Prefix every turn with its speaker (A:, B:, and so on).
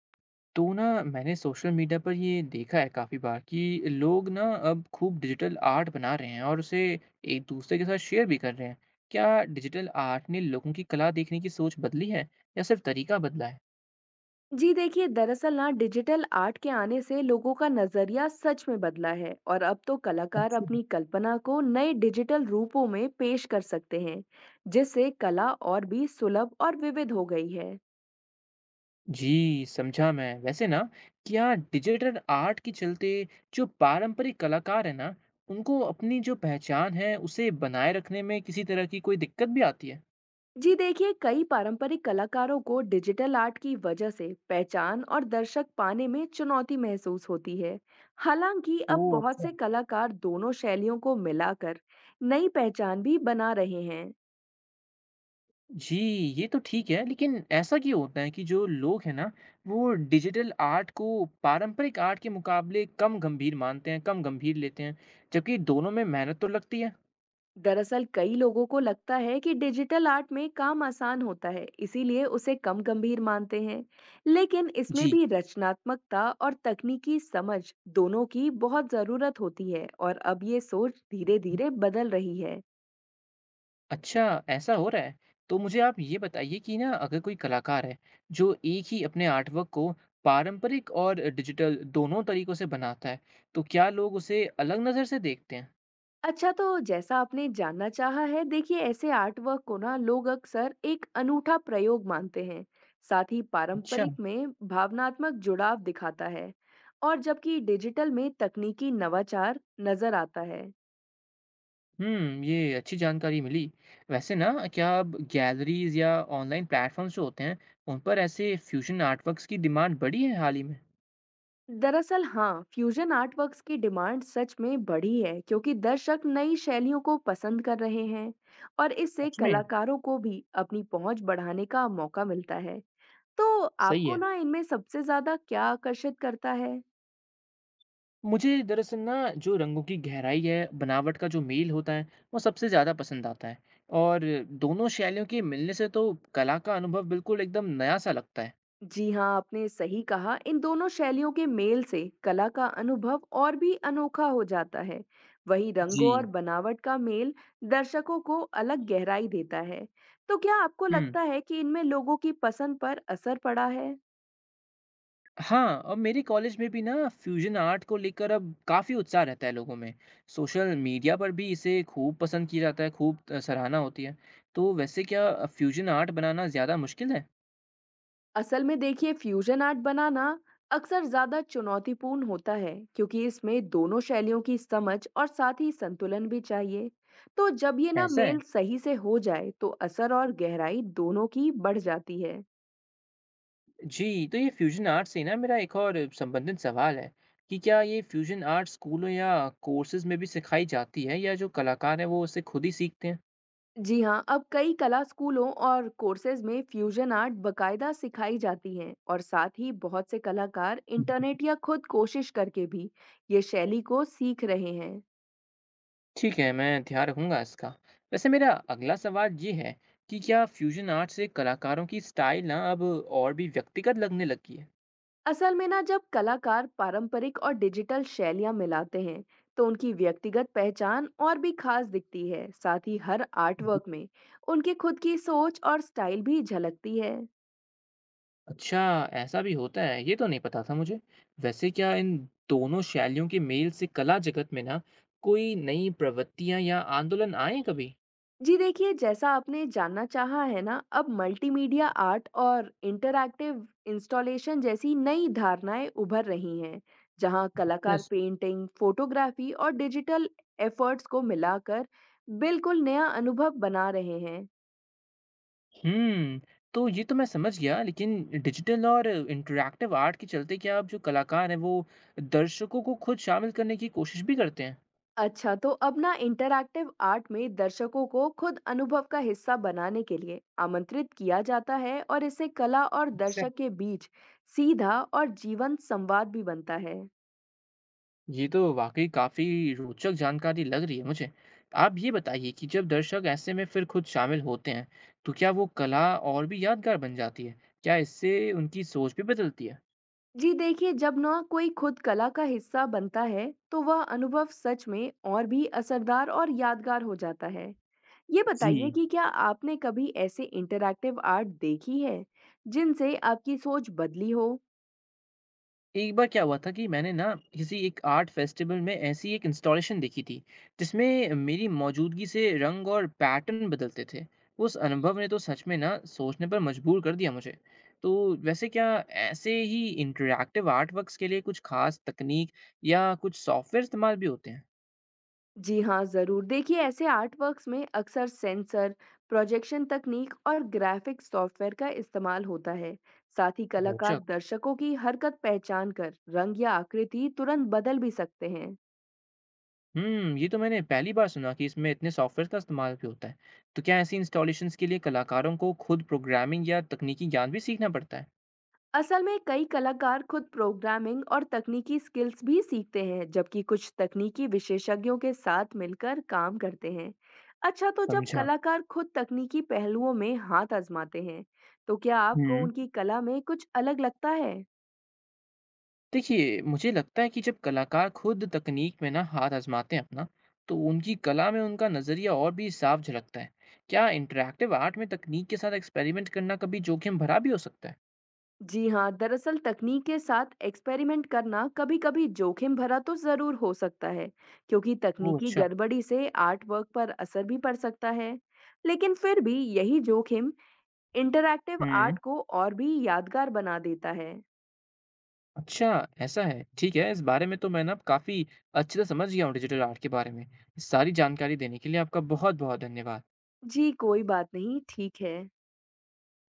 A: तो मैंने social media पर ये देखा है काफ़ी बार कि लोग अब खूब डिजिटल आर्ट बना रहे हैं और उसे एक दूसरे के साथ शेयर भी कर रहे हैं। क्या डिजिटल आर्ट ने लोगों की कला देखने की सोच बदली है या सिर्फ तरीका बदला है?
B: जी देखिए दरअसल ना डिजिटल आर्ट के आने से लोगों का नजरिया सच में बदला है और अब तो कलाकार
A: अच्छा
B: अपनी कल्पना को नए डिजिटल रूपों में पेश कर सकते हैं जिससे कला और भी सुलभ और विविध हो गई है।
A: जी, समझा मैं। वैसे क्या डिजिटल आर्ट के चलते जो पारंपरिक कलाकार है ना, उनको अपनी जो पहचान है उसे बनाए रखने में किसी तरह की कोई दिक्कत भी आती है?
B: जी देखिए कई पारंपरिक कलाकारों को डिजिटल आर्ट की वजह से पहचान और दर्शक पाने में चुनौती महसूस होती है। हालांकि अब
A: ओह
B: बहुत
A: अच्छा
B: से कलाकार दोनों शैलियों को मिलाकर नई पहचान भी बना रहे हैं।
A: जी, ये तो ठीक है, लेकिन ऐसा क्यों होता है कि जो लोग हैं ना, वो डिजिटल आर्ट को पारंपरिक आर्ट के मुकाबले कम गंभीर मानते हैं, कम गंभीर लेते हैं, जबकि दोनों में मेहनत तो लगती है?
B: दरअसल कई लोगों को लगता है कि डिजिटल आर्ट में काम आसान होता है इसीलिए उसे कम गंभीर मानते हैं। लेकिन इसमें
A: जी।
B: भी रचनात्मकता और तकनीकी समझ दोनों की बहुत जरूरत होती है और अब ये सोच धीरे धीरे बदल रही है।
A: अच्छा, ऐसा हो रहा है। तो मुझे आप ये बताइए कि अगर कोई कलाकार है, जो एक ही अपने आर्टवर्क को पारंपरिक और डिजिटल दोनों तरीकों से बनाता है, तो क्या लोग उसे अलग नज़र से देखते हैं?
B: अच्छा तो जैसा आपने जानना चाहा है देखिए ऐसे आर्ट वर्क को ना लोग अक्सर एक अनूठा प्रयोग मानते हैं। साथ ही
A: अच्छा।
B: पारंपरिक में भावनात्मक जुड़ाव दिखाता है और जबकि डिजिटल में तकनीकी नवाचार नजर आता है।
A: हुँ, ये अच्छी जानकारी मिली। वैसे क्या अब गैलरीज़ या ऑनलाइन प्लेटफ़ॉर्म्स जो होते हैं, उन पर ऐसे फ्यूज़न आर्टवर्क्स की डिमांड बढ़ी है हाल ही में?
B: दरअसल हाँ, फ्यूजन आर्टवर्क्स की डिमांड सच में बढ़ी है क्योंकि दर्शक नई शैलियों को पसंद कर रहे हैं और इससे
A: सच में?
B: कलाकारों को भी अपनी पहुंच बढ़ाने का मौका मिलता है। तो
A: सही
B: आपको
A: है।
B: ना इनमें सबसे ज्यादा क्या आकर्षित करता है?
A: मुझे दरअसल जो रंगों की गहराई है, बनावट का जो मेल होता है, वो सबसे ज़्यादा पसंद आता है और दोनों शैलियों के मिलने से तो कला का अनुभव बिल्कुल एकदम नया-सा लगता है।
B: जी हाँ आपने सही कहा इन दोनों शैलियों के मेल से कला का अनुभव और भी अनोखा हो जाता है। वहीं
A: जी।
B: रंगों और बनावट का मेल दर्शकों को अलग गहराई देता है। तो क्या आपको
A: हुँ।
B: लगता है कि इनमें लोगों की पसंद पर असर पड़ा है?
A: हाँ, और मेरे कॉलेज में भी फ्यूजन आर्ट को लेकर अब काफ़ी उत्साह रहता है लोगों में। सोशल मीडिया पर भी इसे खूब पसंद किया जाता है, खूब सराहना होती है। तो वैसे क्या फ्यूजन आर्ट बनाना ज़्यादा मुश्किल है?
B: असल में देखिए फ्यूजन आर्ट बनाना अक्सर ज्यादा चुनौतीपूर्ण होता है क्योंकि इसमें दोनों शैलियों की समझ और साथ ही संतुलन भी चाहिए। तो जब ये ना
A: ऐसा
B: मेल
A: है?
B: सही से हो जाए तो असर और गहराई दोनों की बढ़ जाती है।
A: जी, तो ये फ्यूजन आर्ट से मेरा एक और संबंधित सवाल है कि क्या ये फ्यूजन आर्ट स्कूलों या कोर्सेज में भी सिखाई जाती है या जो कलाकार हैं वो उसे खुद ही सीखते हैं?
B: जी हाँ, अब कई कला स्कूलों और कोर्सेज में फ्यूजन आर्ट बकायदा सिखाई जाती हैं और साथ ही बहुत से कलाकार इंटरनेट या खुद कोशिश करके भी ये शैली को सीख रहे हैं।
A: ठीक है, मैं ध्यान रखूँगा इसका। वैसे मेरा अगला सवाल ये है कि क्या फ्यूज़न आर्ट से कलाकारों की स्टाइल अब और भी व्यक्तिगत लगने लगी है?
B: असल में ना जब कलाकार पारंपरिक और डिजिटल शैलियाँ मिलाते हैं तो उनकी व्यक्तिगत पहचान और भी खास दिखती है। साथ ही हर आर्टवर्क में उनकी खुद की सोच और स्टाइल भी झलकती है।
A: अच्छा, ऐसा भी होता है, ये तो नहीं पता था मुझे। वैसे क्या इन दोनों शैलियों के मेल से कला जगत में कोई नई प्रवृत्तियाँ या आंदोलन आए हैं कभी?
B: जी देखिए, जैसा आपने जानना चाहा है ना, अब मल्टीमीडिया आर्ट और इंटरैक्टिव इंस्टॉलेशन जैसी नई धारणाएं उभर रही हैं, जहां कलाकार
A: यस।
B: पेंटिंग, फोटोग्राफी और डिजिटल एफर्ट्स को मिलाकर बिल्कुल नया अनुभव बना रहे हैं।
A: हुँ, तो ये तो मैं समझ गया, लेकिन डिजिटल और इंटरैक्टिव आर्ट के चलते क्या अब जो कलाकार हैं, वो दर्शकों को खुद शामिल करने की कोशिश भी करते
B: अच्छा, तो अब ना इंटरैक्टिव आर्ट में दर्शकों को खुद अनुभव का हिस्सा बनाने के लिए आमंत्रित किया जाता है और इससे कला और
A: हैं?
B: दर्शक के बीच सीधा और जीवंत संवाद भी बनता है।
A: ये तो वाक़ई काफ़ी रोचक जानकारी लग रही है मुझे। आप ये बताइए कि जब दर्शक ऐसे में फिर खुद शामिल होते हैं, तो क्या वो कला और भी यादगार बन जाती है? क्या इससे उनकी सोच भी बदलती है?
B: जी देखिए जब ना कोई खुद कला का हिस्सा बनता है तो वह अनुभव सच में और भी असरदार और यादगार हो जाता है। ये बताइए
A: जी।
B: कि क्या आपने कभी ऐसे इंटरैक्टिव आर्ट देखी है जिनसे आपकी सोच बदली हो?
A: एक बार क्या हुआ था कि मैंने किसी एक आर्ट फेस्टिवल में ऐसी एक इंस्टॉलेशन देखी थी जिसमें मेरी मौजूदगी से रंग और पैटर्न बदलते थे। उस अनुभव ने तो सच में सोचने पर मजबूर कर दिया मुझे। तो वैसे क्या ऐसे ही इंटरैक्टिव आर्ट वर्क्स के लिए कुछ खास तकनीक या कुछ सॉफ्टवेयर इस्तेमाल भी होते हैं?
B: जी हाँ ज़रूर देखिए ऐसे आर्टवर्क्स में अक्सर सेंसर प्रोजेक्शन तकनीक और ग्राफिक सॉफ्टवेयर का इस्तेमाल होता है। साथ ही कलाकार
A: रोचक।
B: दर्शकों की हरकत पहचान कर रंग या आकृति तुरंत बदल भी सकते हैं।
A: हम्म, ये तो मैंने पहली बार सुना कि इसमें इतने सॉफ्टवेयर का इस्तेमाल भी होता है। तो क्या ऐसी इंस्टॉलेशंस के लिए कलाकारों को खुद प्रोग्रामिंग या तकनीकी ज्ञान भी सीखना पड़ता है?
B: असल में कई कलाकार खुद प्रोग्रामिंग और तकनीकी स्किल्स भी सीखते हैं जबकि कुछ तकनीकी विशेषज्ञों के साथ मिलकर काम करते हैं। अच्छा तो जब
A: समझा।
B: कलाकार खुद तकनीकी पहलुओं में हाथ आजमाते हैं तो क्या आपको
A: हम्म,
B: उनकी कला में कुछ अलग लगता है?
A: देखिए, मुझे लगता है कि जब कलाकार खुद तकनीक में हाथ आज़माते हैं अपना, तो उनकी कला में उनका नज़रिया और भी साफ झलकता है। क्या इंटरैक्टिव आर्ट में तकनीक के साथ एक्सपेरिमेंट करना कभी जोखिम भरा भी हो सकता है?
B: जी हाँ दरअसल तकनीक के साथ एक्सपेरिमेंट करना कभी-कभी जोखिम भरा तो जरूर हो सकता है क्योंकि
A: ओह
B: तकनीकी
A: अच्छा।
B: गड़बड़ी से आर्ट वर्क पर असर भी पड़ सकता है। लेकिन फिर भी यही जोखिम इंटरैक्टिव
A: हुँ।
B: आर्ट को और भी यादगार बना देता है।
A: अच्छा, ऐसा है। ठीक है, इस बारे में तो मैं अब काफ़ी अच्छे से समझ गया हूँ डिजिटल आर्ट के बारे में। सारी जानकारी देने के लिए आपका बहुत-बहुत धन्यवाद।
B: जी, कोई बात नहीं, ठीक है।